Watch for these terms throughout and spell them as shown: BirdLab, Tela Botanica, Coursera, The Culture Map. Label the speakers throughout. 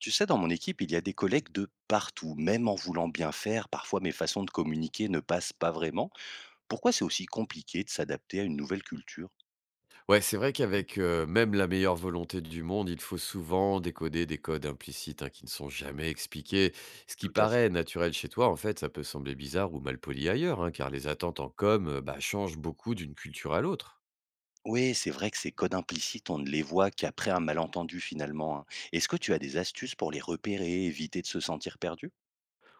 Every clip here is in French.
Speaker 1: Tu sais, dans mon équipe, il y a des collègues de partout, même en voulant bien faire, parfois mes façons de communiquer ne passent pas vraiment. Pourquoi c'est aussi compliqué de s'adapter à une nouvelle culture?
Speaker 2: Ouais, c'est vrai qu'avec, même la meilleure volonté du monde, il faut souvent décoder des codes implicites, hein, qui ne sont jamais expliqués. Ce qui
Speaker 1: Tout à fait.
Speaker 2: paraît naturel chez toi, en fait, ça peut sembler bizarre ou malpoli ailleurs, hein, car les attentes en com, changent beaucoup d'une culture à l'autre.
Speaker 1: Oui, c'est vrai que ces codes implicites, on ne les voit qu'après un malentendu finalement, hein. Est-ce que tu as des astuces pour les repérer, éviter de se sentir perdu?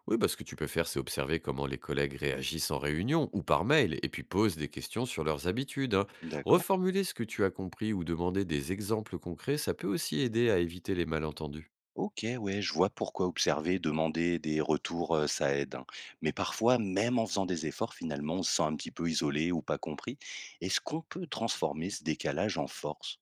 Speaker 2: Oui, bah, ce que tu peux faire, c'est observer comment les collègues réagissent en réunion ou par mail et puis pose des questions sur leurs habitudes, hein.
Speaker 1: D'accord.
Speaker 2: Reformuler ce que tu as compris ou demander des exemples concrets, ça peut aussi aider à éviter les malentendus.
Speaker 1: Ok, ouais, je vois pourquoi observer, demander des retours, ça aide, hein. Mais parfois, même en faisant des efforts, finalement, on se sent un petit peu isolé ou pas compris. Est-ce qu'on peut transformer ce décalage en force?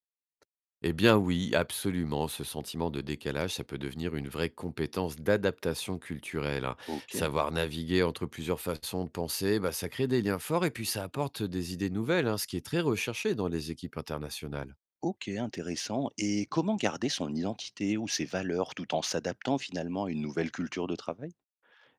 Speaker 2: Eh bien oui, absolument, ce sentiment de décalage, ça peut devenir une vraie compétence d'adaptation culturelle, hein.
Speaker 1: OK.
Speaker 2: Savoir naviguer entre plusieurs façons de penser, bah, ça crée des liens forts et puis ça apporte des idées nouvelles, hein, ce qui est très recherché dans les équipes internationales.
Speaker 1: OK, intéressant, et comment garder son identité ou ses valeurs tout en s'adaptant finalement à une nouvelle culture de travail?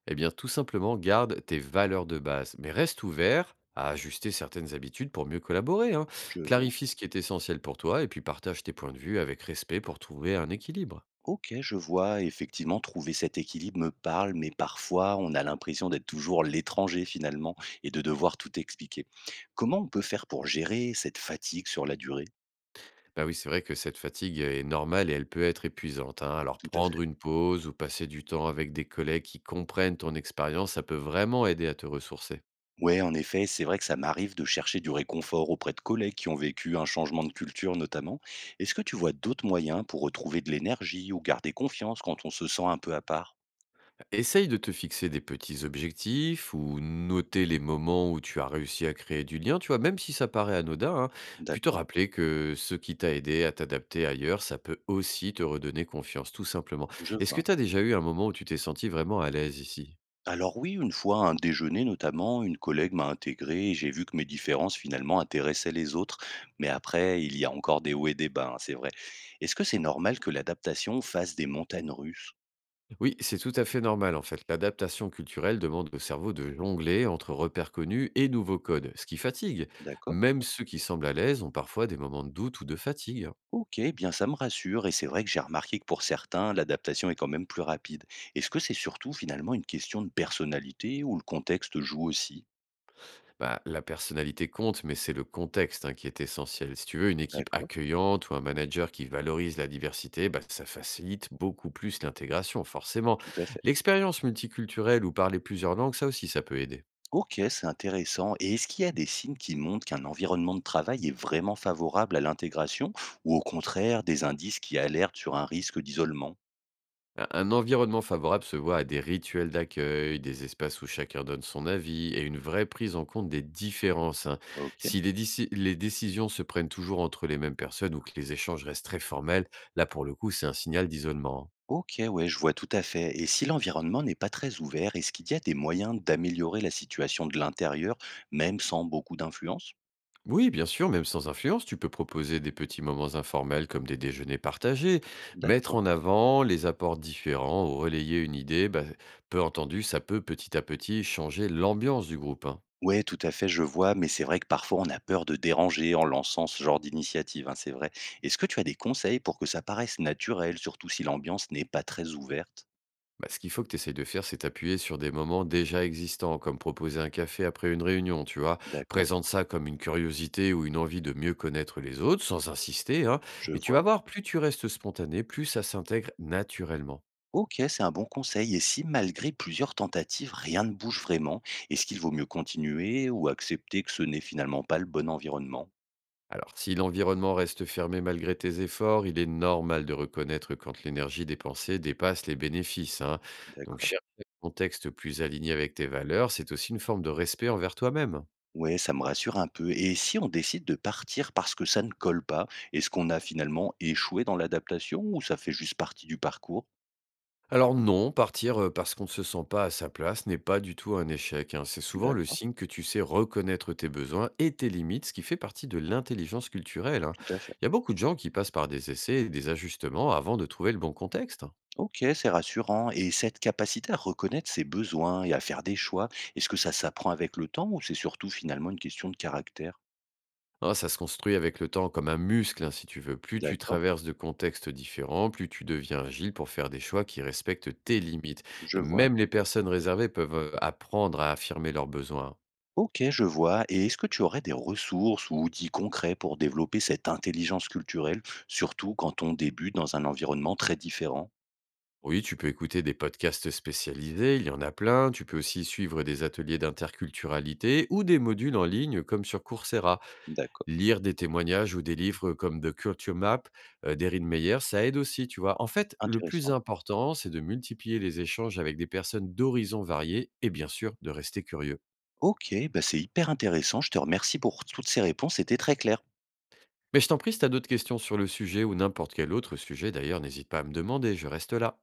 Speaker 2: Eh bien tout simplement, garde tes valeurs de base, mais reste ouvert à ajuster certaines habitudes pour mieux collaborer, hein.
Speaker 1: Je vois.
Speaker 2: Clarifie ce qui est essentiel pour toi et puis partage tes points de vue avec respect pour trouver un équilibre.
Speaker 1: OK, je vois. Effectivement, trouver cet équilibre me parle, mais parfois, on a l'impression d'être toujours l'étranger finalement et de devoir tout expliquer. Comment on peut faire pour gérer cette fatigue sur la durée?
Speaker 2: Bah oui, c'est vrai que cette fatigue est normale et elle peut être épuisante, hein. Alors
Speaker 1: Tout à fait.
Speaker 2: prendre une pause ou passer du temps avec des collègues qui comprennent ton expérience, ça peut vraiment aider à te ressourcer.
Speaker 1: Ouais, en effet, c'est vrai que ça m'arrive de chercher du réconfort auprès de collègues qui ont vécu un changement de culture notamment. Est-ce que tu vois d'autres moyens pour retrouver de l'énergie ou garder confiance quand on se sent un peu à part?
Speaker 2: Essaye de te fixer des petits objectifs ou noter les moments où tu as réussi à créer du lien, tu vois, même si ça paraît anodin, hein. Puis te
Speaker 1: D'accord,
Speaker 2: rappeler que ce qui t'a aidé à t'adapter ailleurs, ça peut aussi te redonner confiance, tout simplement.
Speaker 1: je
Speaker 2: Est-ce que
Speaker 1: vois.
Speaker 2: tu as déjà eu un moment où tu t'es senti vraiment à l'aise ici?
Speaker 1: Alors oui, une fois à un déjeuner notamment, une collègue m'a intégré et j'ai vu que mes différences finalement intéressaient les autres. Mais après, il y a encore des hauts et des bas, hein, c'est vrai. Est-ce que c'est normal que l'adaptation fasse des montagnes russes?
Speaker 2: Oui, c'est tout à fait normal en fait. L'adaptation culturelle demande au cerveau de jongler entre repères connus et nouveaux codes, ce qui fatigue.
Speaker 1: D'accord.
Speaker 2: Même ceux qui semblent à l'aise ont parfois des moments de doute ou de fatigue, hein.
Speaker 1: OK, eh bien ça me rassure, et c'est vrai que j'ai remarqué que pour certains, l'adaptation est quand même plus rapide. Est-ce que c'est surtout finalement une question de personnalité ou le contexte joue aussi?
Speaker 2: Bah, la personnalité compte, mais c'est le contexte, hein, qui est essentiel. Si tu veux une équipe
Speaker 1: D'accord,
Speaker 2: accueillante ou un manager qui valorise la diversité, bah, ça facilite beaucoup plus l'intégration, forcément.
Speaker 1: tout à fait.
Speaker 2: L'expérience multiculturelle ou parler plusieurs langues, ça aussi, ça peut aider.
Speaker 1: OK, c'est intéressant. Et est-ce qu'il y a des signes qui montrent qu'un environnement de travail est vraiment favorable à l'intégration ou au contraire des indices qui alertent sur un risque d'isolement?
Speaker 2: Un environnement favorable se voit à des rituels d'accueil, des espaces où chacun donne son avis et une vraie prise en compte des différences, hein.
Speaker 1: Ok.
Speaker 2: Si les décisions se prennent toujours entre les mêmes personnes ou que les échanges restent très formels, là pour le coup c'est un signal d'isolement.
Speaker 1: Ok, ouais, je vois tout à fait. Et si l'environnement n'est pas très ouvert, est-ce qu'il y a des moyens d'améliorer la situation de l'intérieur, même sans beaucoup d'influence?
Speaker 2: Oui, bien sûr, même sans influence, tu peux proposer des petits moments informels comme des déjeuners partagés, mettre
Speaker 1: D'accord.
Speaker 2: en avant les apports différents ou relayer une idée bah, peu entendu, ça peut petit à petit changer l'ambiance du groupe, hein.
Speaker 1: Ouais, tout à fait, je vois, mais c'est vrai que parfois on a peur de déranger en lançant ce genre d'initiative, hein, c'est vrai. Est-ce que tu as des conseils pour que ça paraisse naturel, surtout si l'ambiance n'est pas très ouverte?
Speaker 2: Bah, ce qu'il faut que tu essayes de faire, c'est t'appuyer sur des moments déjà existants, comme proposer un café après une réunion, tu vois.
Speaker 1: D'accord,
Speaker 2: Présente ça comme une curiosité ou une envie de mieux connaître les autres, sans insister, hein.
Speaker 1: je
Speaker 2: Et tu
Speaker 1: vois.
Speaker 2: vas voir, plus tu restes spontané, plus ça s'intègre naturellement.
Speaker 1: Ok, c'est un bon conseil. Et si malgré plusieurs tentatives, rien ne bouge vraiment, est-ce qu'il vaut mieux continuer ou accepter que ce n'est finalement pas le bon environnement?
Speaker 2: Alors, si l'environnement reste fermé malgré tes efforts, il est normal de reconnaître quand l'énergie dépensée dépasse les bénéfices, hein. Donc,
Speaker 1: D'accord.
Speaker 2: chercher un contexte plus aligné avec tes valeurs, c'est aussi une forme de respect envers toi-même.
Speaker 1: Ouais, ça me rassure un peu. Et si on décide de partir parce que ça ne colle pas, est-ce qu'on a finalement échoué dans l'adaptation ou ça fait juste partie du parcours?
Speaker 2: Alors non, partir, parce qu'on ne se sent pas à sa place n'est pas du tout un échec, hein. C'est souvent le
Speaker 1: D'accord.
Speaker 2: signe que tu sais reconnaître tes besoins et tes limites, ce qui fait partie de l'intelligence culturelle, hein.
Speaker 1: Tout à fait.
Speaker 2: Il y a beaucoup de gens qui passent par des essais et des ajustements avant de trouver le bon contexte, hein.
Speaker 1: OK, c'est rassurant, et cette capacité à reconnaître ses besoins et à faire des choix, est-ce que ça s'apprend avec le temps ou c'est surtout finalement une question de caractère?
Speaker 2: Hein, ça se construit avec le temps comme un muscle, hein, si tu veux. Plus tu
Speaker 1: D'accord,
Speaker 2: traverses de contextes différents, plus tu deviens agile pour faire des choix qui respectent tes limites
Speaker 1: je
Speaker 2: et
Speaker 1: vois.
Speaker 2: même les personnes réservées peuvent, apprendre à affirmer leurs besoins.
Speaker 1: OK, je vois, et est-ce que tu aurais des ressources ou outils concrets pour développer cette intelligence culturelle, surtout quand on débute dans un environnement très différent?
Speaker 2: Oui, tu peux écouter des podcasts spécialisés, il y en a plein. Tu peux aussi suivre des ateliers d'interculturalité ou des modules en ligne comme sur Coursera.
Speaker 1: D'accord,
Speaker 2: Lire des témoignages ou des livres comme The Culture Map d'Erin Meyer, ça aide aussi, tu vois. En fait, le plus
Speaker 1: intéressant.
Speaker 2: important, c'est de multiplier les échanges avec des personnes d'horizons variés et bien sûr de rester curieux.
Speaker 1: OK, bah, c'est hyper intéressant. Je te remercie pour toutes ces réponses, c'était très clair.
Speaker 2: Mais je t'en prie, si tu as d'autres questions sur le sujet ou n'importe quel autre sujet, d'ailleurs, n'hésite pas à me demander, je reste là.